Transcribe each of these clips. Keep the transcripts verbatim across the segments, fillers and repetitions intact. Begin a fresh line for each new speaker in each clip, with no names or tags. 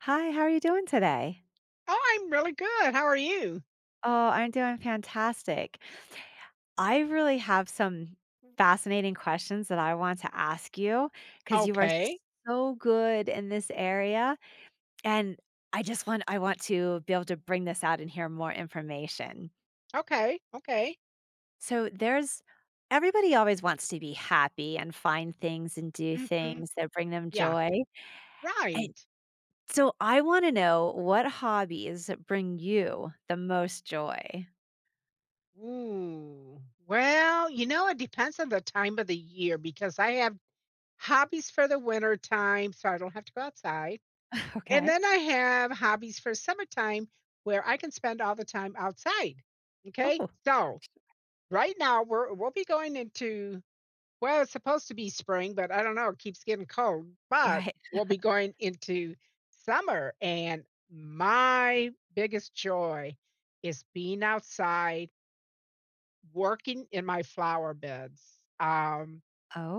Hi, how are you doing today?
Oh, I'm really good. How are you?
Oh, I'm doing fantastic. I really have some fascinating questions that I want to ask you because you are
Okay.
so good in this area. And I just want I want to be able to bring this out and hear more information.
Okay. Okay.
So there's everybody always wants to be happy and find things and do
Mhm.
things that bring them
Yeah.
joy.
Right.
And so I want to know what hobbies bring you the most joy.
Ooh. Well, you know, it depends on the time of the year because I have hobbies for the winter time, so I don't have to go outside. And
Okay.
then I have hobbies for summertime where I can spend all the time outside. Okay?
Oh.
So right now we're we'll be going into well, it's supposed to be spring, but I don't know, it keeps getting cold, but
Right.
we'll be going into summer, and my biggest joy is being outside working in my flower beds. Um,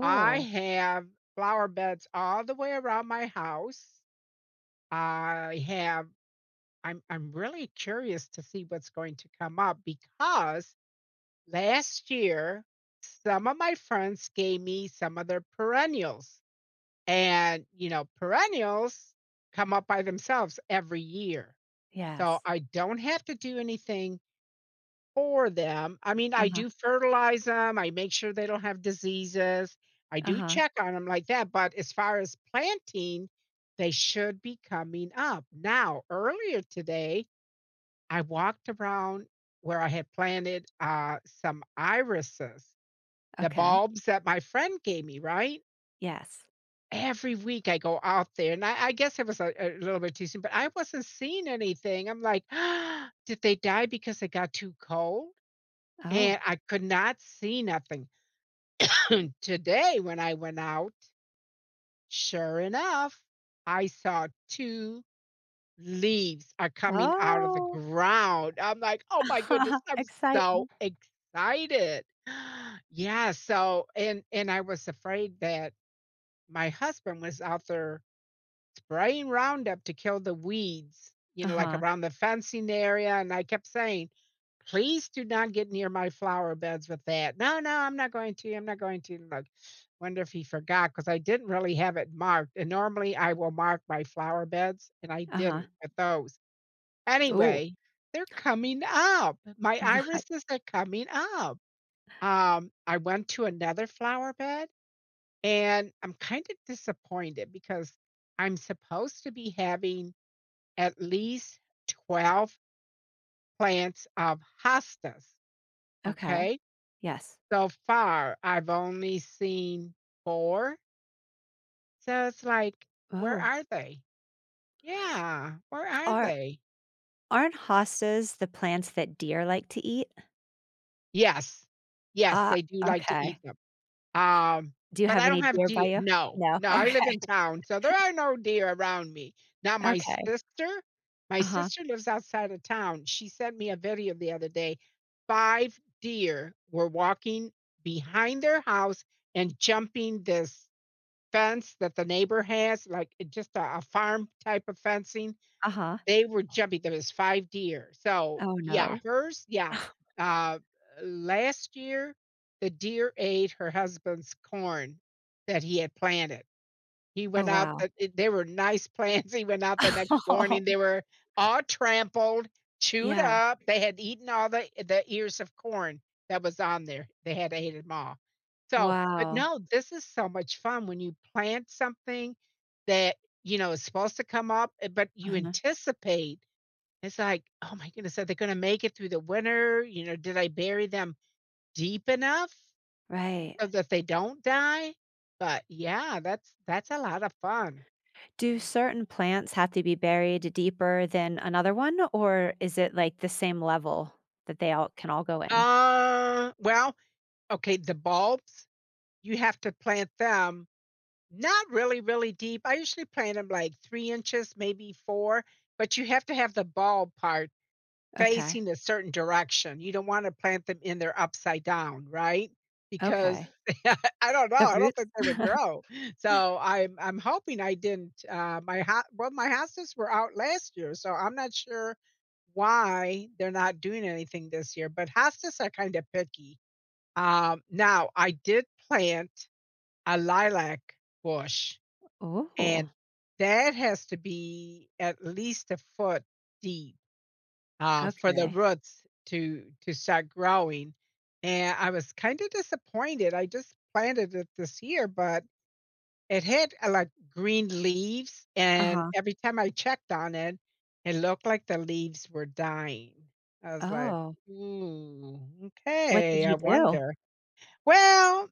I have flower beds all the way around my house. I have I'm I'm really curious to see what's going to come up because last year, some of my friends gave me some of their perennials. And, you know, perennials come up by themselves every year. So
yes.
I don't have to do anything for them. I mean, I
Uh-huh,
do fertilize them. I make sure they don't have diseases. I do
uh-huh,
check on them like that. But as far as planting, they should be coming up. Now, earlier today, I walked around where I had planted uh, some irises, the
okay.
bulbs that my friend gave me, right?
Yes.
Every week I go out there, and I I guess it was a a little bit too soon, but I wasn't seeing anything. I'm like, "Did they die because it got too cold?"
Oh.
And I could not see nothing. Today, when I went out, sure enough, I saw two leaves are coming out of the
Oh.
ground. I'm like, "Oh my goodness." I am so
Exciting.
excited. Yeah, so and and I was afraid that my husband was out there spraying Roundup to kill the weeds, you know, like
Uh-huh,
around the fencing area. And I kept saying, please do not get near my flower beds with that. No, no, I'm not going to. I'm not going to. Look, wonder if he forgot because I didn't really have it marked. And normally I will mark my flower beds, and I
uh-huh.
didn't with those.
Oh,
Anyway, they're coming up. My irises are coming up. Um, I went to another flower bed and I'm kind of disappointed because I'm supposed to be having at least twelve plants of hostas.
okay.
Okay.
Yes.
So far, I've only seen four. So it's like, where
Oh.
are they? Yeah. Where are
Are
they?
aren't hostas the plants that deer like to eat?
Yes. Yes.
Ah,
They do like to eat
okay.
them. Um,
Do you
but
have
I don't
any
have
deer by
deer
you?
no,
No,
no, I live
okay,
in town, so there are no deer around me. Now my
okay.
sister my
Uh-huh,
sister lives outside of town. She sent me a video the other day. five deer were walking behind their house and jumping this fence that the neighbor has, like, it just a a farm type of fencing,
uh-huh.
they were jumping, there was five deer. So,
Oh,
yeah,
no.
hers yeah. Uh, last year, the deer ate her husband's corn that he had planted. He
Oh,
went out
wow.
the it they were nice plants, he went out the next morning, they were all trampled, chewed
Yeah,
up, they had eaten all the eh, the ears of corn that was on there, they had ate them all. So but
wow.
no, this is so much fun when you plant something that, you know, is supposed to come up, eh, but you
Uh-huh,
anticipate. It's like, "Oh my goodness, are they gonna make it through the winter?" You know, "Did I bury them deep enough
right.
so that they don't die?" But yeah, that's that's a lot of fun.
Do certain plants have to be buried deeper than another one, or is it like the same level that they all can all go in?
Uh, well, okay, the bulbs, you have to plant them not really, really deep. I usually plant them like three inches, maybe four, but you have to have the bulb part
Okay,
facing a certain direction. You don't want to plant them in there upside down, right? Because
okay.
I don't know,
The
I don't
roots?
think they would grow. So I'm I'm hoping I didn't. Uh, my ho- well, my hostas were out last year, so I'm not sure why they're not doing anything this year. But hostas are kind of picky um, now I did plant a lilac bush,
Oh,
and that has to be at least a foot deep, uh, for the
okay.
roots to to start growing, and I was kinda disappointed, I just planted it this year, but it had, uh, like, green leaves, and
Uh-huh.
every time I checked on it, it looked like the leaves were dying. I was like,
Oh,
"Ooh,
what did
okay, I
you do?
wonder." Well,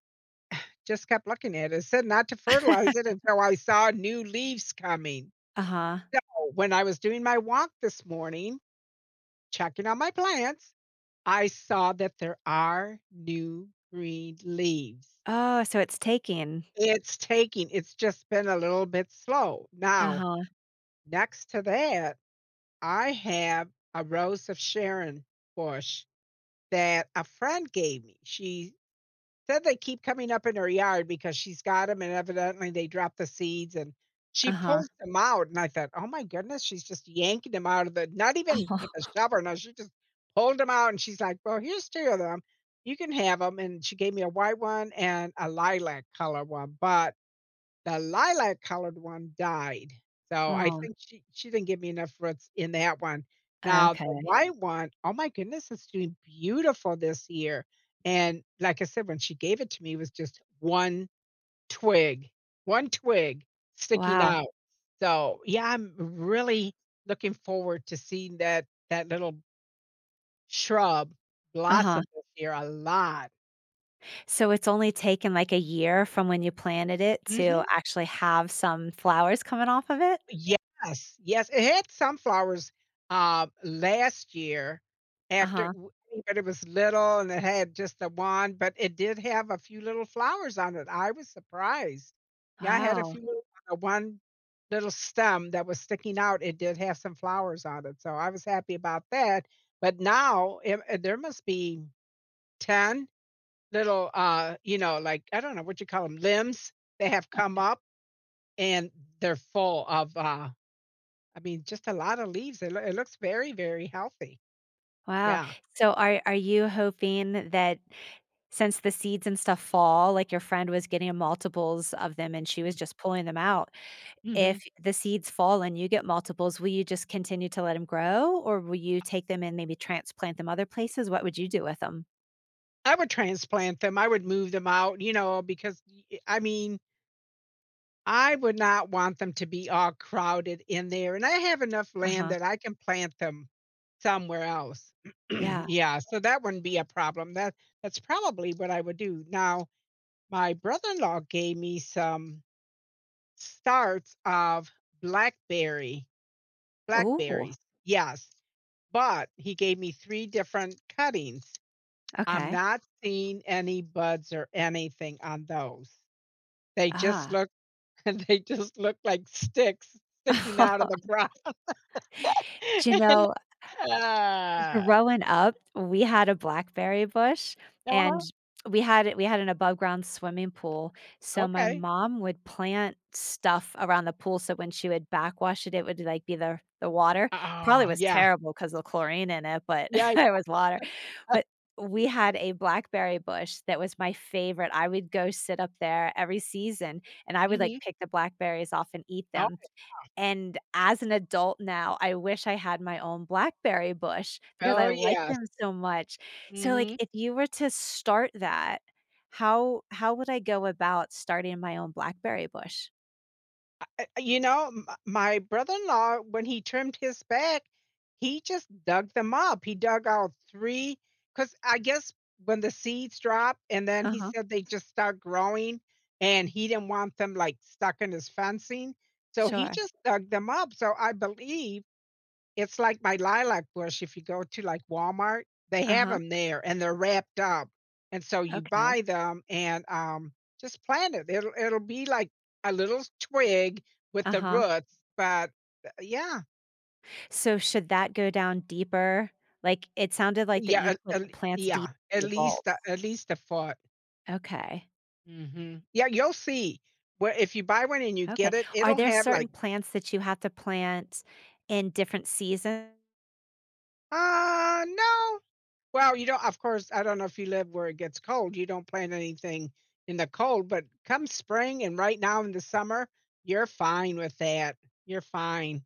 just kept looking at it, it said not to fertilize it until I saw new leaves coming.
Uh-huh.
Oh, when I was doing my walk this morning, checking on my plants, I saw that there are new green leaves.
Oh, so it's taking.
It's taking, it's just been a little bit slow. Now,
Uh-huh.
next to that, I have a rose of Sharon bush that a friend gave me. She said they keep coming up in her yard because she's got got them, and evidently they dropped the seeds, and she
Uh-huh.
pulls them out, and I thought, "Oh my goodness, she's just yanking them out of the" not even with a shovel, no, she just pulled them out, and she's like, "Well, here's two of them. You can have them." And she gave me a white one and a lilac color one, but the lilac colored one died, so I
Oh,
think she she didn't give me enough roots in that one.
oh,
Now the
okay.
white one, oh my goodness, it's doing beautiful this year, and like I said, when she gave it to me, it was just one twig, one twig sticking
Wow.
out. So, yeah, I'm really looking forward to seeing that that little shrub
Uh-huh.
blossom this year a lot.
So it's only taken like a year from when you planted it to
Mhm.
actually have some flowers coming off of it?
Yes, yes, it had sunflowers, uh, last year after
Uh-huh.
w but it was little and it had just the one, but it did have a few little flowers on it, I was surprised. Yeah, I had a
Wow.
few little on one little stem that was sticking out, it did have some flowers on it, so I was happy about that, but now, eh, uh, there must be ten little, uh, you know, like, I don't know what you call them limbs. They have come up, and they're full of, uh, I mean, just a lot of leaves. It loo it looks very, very healthy.
Wow.
Yeah.
So are are you hoping that since the seeds and stuff fall, like your friend was getting multiples of them and she was
Mm,
just pulling them out,
mhm.
if the seeds fall and you get multiples, will you just continue to let them grow or will you take them and maybe transplant them other places? What would you do with them?
I would transplant them. I would move them out, you know, because y eh, I mean, I would not want them to be all crowded in there, and I have enough land
Uh-huh.
that I can plant them somewhere else.
Yeah.
Yeah, so that wouldn't be a problem. That that's probably what I would do. Now, my brother-in-law gave me some starts of blackberry.
Oh.
Blackberries, yes, but he gave me three different cuttings. I'm
Okay.
not seeing any buds or anything on those. They just
Ah.
look they just look like sticks sticking out of the ground
Do you
and
know
uh,
growing up, we had a blackberry bush
uh-huh,
and we had it we had an above ground swimming pool, so my
okay.
mom would plant stuff around the pool, so when she would backwash it, it would, like, be the the water. Probably
Oh,
was
yeah.
terrible terrible 'cause the chlorine in it, but
Yeah.
it was water. But we had a blackberry bush that was my favorite. I would go sit up there every season, and I would, like,
Mhm.
pick the blackberries off and eat
Oh,
them. And as an adult now, I wish I had my own blackberry bush because
oh,
I like
yes.
them so much. So, like,
Mhm.
if you were to start that, how how would I go about starting my own blackberry bush?
But you know, m my brother-in-law, when he trimmed his back, he just dug them up. He dug out three 'cause I guess when the seeds drop and then he
Uh-huh.
said they just start growing, and he didn't want them, like, stuck in his fencing, so he
Sure.
just dug them up, so I believe it's like my lilac bush, if you go to, like, Walmart, they have
Uh-huh.
them there, and they're wrapped up, and so you
Okay.
buy them and, um, just plant it. It'll it'll be like a little twig with the
Uh-huh.
roots, but, uh, yeah.
So should that go down deeper? Like, it sounded like that
Yeah,
you
at
put the
at
plants deep
yeah, at
in the
least
bulbs.
a at least a foot.
Okay.
Mhm. Yeah, you'll see. Where if you buy one and you
Okay.
get it,
Are
it'll
there
have like,
certain plants that you have to plant in different seasons?
uh, no well, you don't of course, I don't know if you live where it gets cold, you don't plant anything in the cold, but come spring and right now in the summer, you're fine with that. You're fine.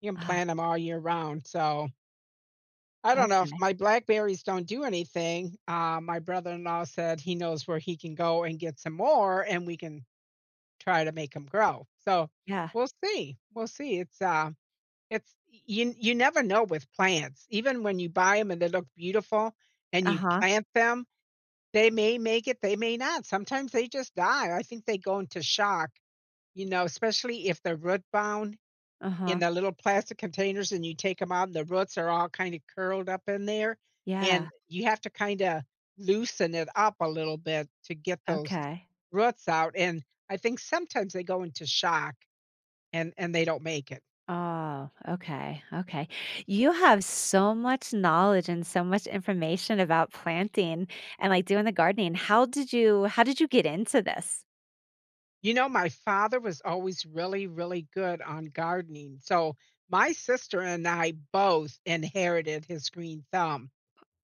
You can
Ah,
plant them all year round, so I don't know if
okay.
my blackberries don't do anything, uh, my brother-in-law said he knows where he can go and get some more, and we can try to make them grow, so
Yeah.
we'll see, we'll see, it's, uh, it's you you never know with plants, even when you buy them and they look beautiful and you
Uh-huh.
plant them they may make it, they may not. Sometimes they just die. I think they go into shock, you know, especially if they're root-bound in
Uh-huh.
the little plastic containers and you take them out and the roots are all kinda curled up in there,
Yeah.
and you have to kinda loosen it up a little bit to get those
Okay.
roots out, and I think sometimes they go into shock and and they don't make it.
Oh, okay. Okay. You have so much knowledge and so much information about planting and like doing the gardening. How did you how did you get into this?
You know, my father was always really, really good on gardening, so my sister and I both inherited his green thumb.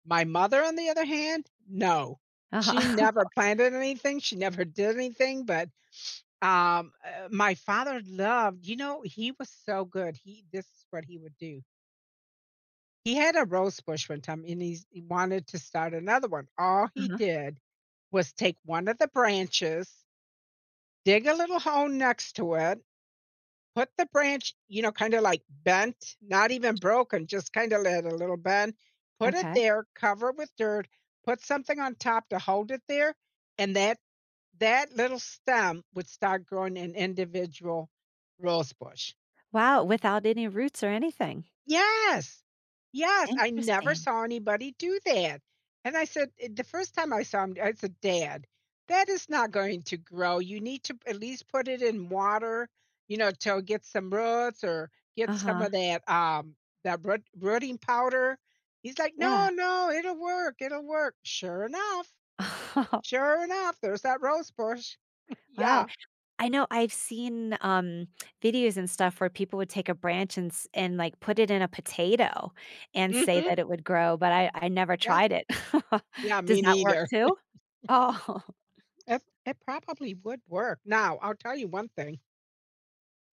My mother, on the other hand, no. She
Uh-huh.
never planted anything, she never did anything, but, um, uh, my father loved you know, he was so good, he this is what he would do. He had a rose bush one time, and he's he wanted to start another one. All he
Uh-huh.
did was take one of the branches, dig a little hole next to it, put the branch, you know, kinda like bent, not even broken, just kinda let a little bend. Put it
Okay.
there, cover it with dirt, put something on top to hold it there, and that that little stem would start growing an individual rose bush.
Wow, without any roots or anything.
Yes. Yes, I never
Interesting.
saw anybody do that, and I said eh, the first time I saw him, I said, "Dad, that is not going to grow. You need to at least put it in water, you know, to get some roots or get some
Uh-huh.
of that, um, that root rooting powder." He's like,
Yeah.
"No, no, it'll work, it'll work." Sure enough, sure enough, there's that rose bush.
Wow.
Yeah.
I know I've seen, um, videos and stuff where people would take a branch and s and, like, put it in a potato and say
Mhm.
that it would grow, but I I never
Yeah.
tried it.
Yeah,
Does
me
that work
neither.
too? Oh,
It it probably would work. Now, I'll tell you one thing.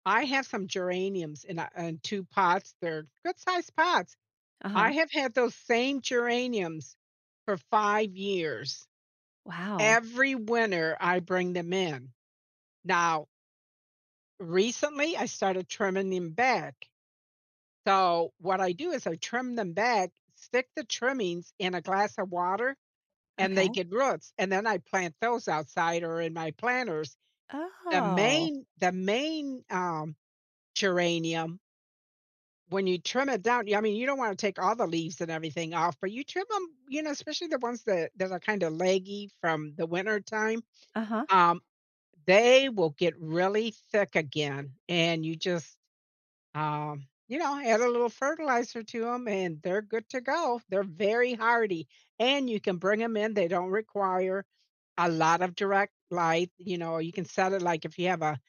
I have some geraniums in a in two pots, they're good-sized pots. I
uh-huh.
have had those same geraniums for five years.
Wow.
Every winter, I bring them in. Now, recently, I started trimming them back. So, what I do is I trim them back, stick the trimmings in a glass of water, and they
Okay.
get roots, and then I plant those outside or in my planters. The
Oh.
main the main, um, geranium when you trim it down, yeah, I mean, you don't wanna take all the leaves and everything off, but you trim them. You know, especially the ones that that are kinda leggy from the winter time.
Uh-huh.
um, they will get really thick again, and you just, um, you know, add a little fertilizer to them, and they're good to go. They're very hardy, and you can bring them in, they don't require a lot of direct light, you know, you can set it like if you have a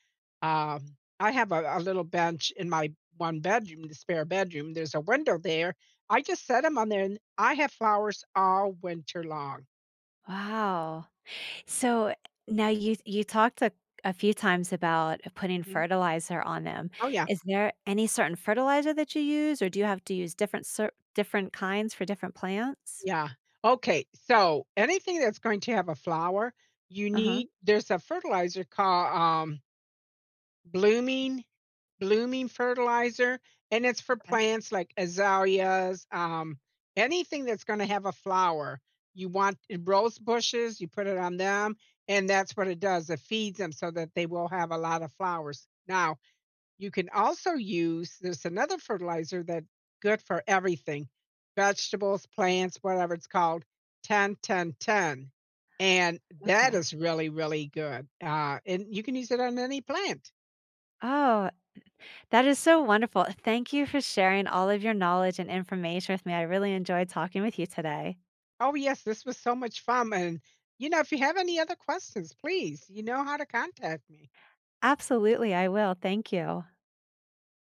um, I have a a little bench in my one bedroom, the spare bedroom, there's a window there. I just set them on there, and I have flowers all winter long.
Wow. So now you you talked a, a few times about putting
Mhm.
fertilizer on them.
Oh, yeah,
Is there any certain fertilizer that you use, or do you have to use different cer- different kinds for different plants?
yeah. Okay, so anything that's going to have a flower, you
Uh huh.
need there's a fertilizer called, um blooming blooming fertilizer and it's for
Okay.
plants like azaleas, um anything that's going to have a flower you want, eh, rose bushes you put it on them and that's what it does, it feeds them so that they will have a lot of flowers. Now you can also use there's another fertilizer that good for everything, vegetables plants whatever, it's called ten ten ten, and that
Okay.
is really really good, uh, and you can use it on any plant.
Oh, that is so wonderful. Thank you for sharing all of your knowledge and information with me. I really enjoyed talking with you today.
Oh, yes, this was so much fun, and, you know, if you have any other questions, please, you know how to contact me.
Absolutely, I will. Thank you.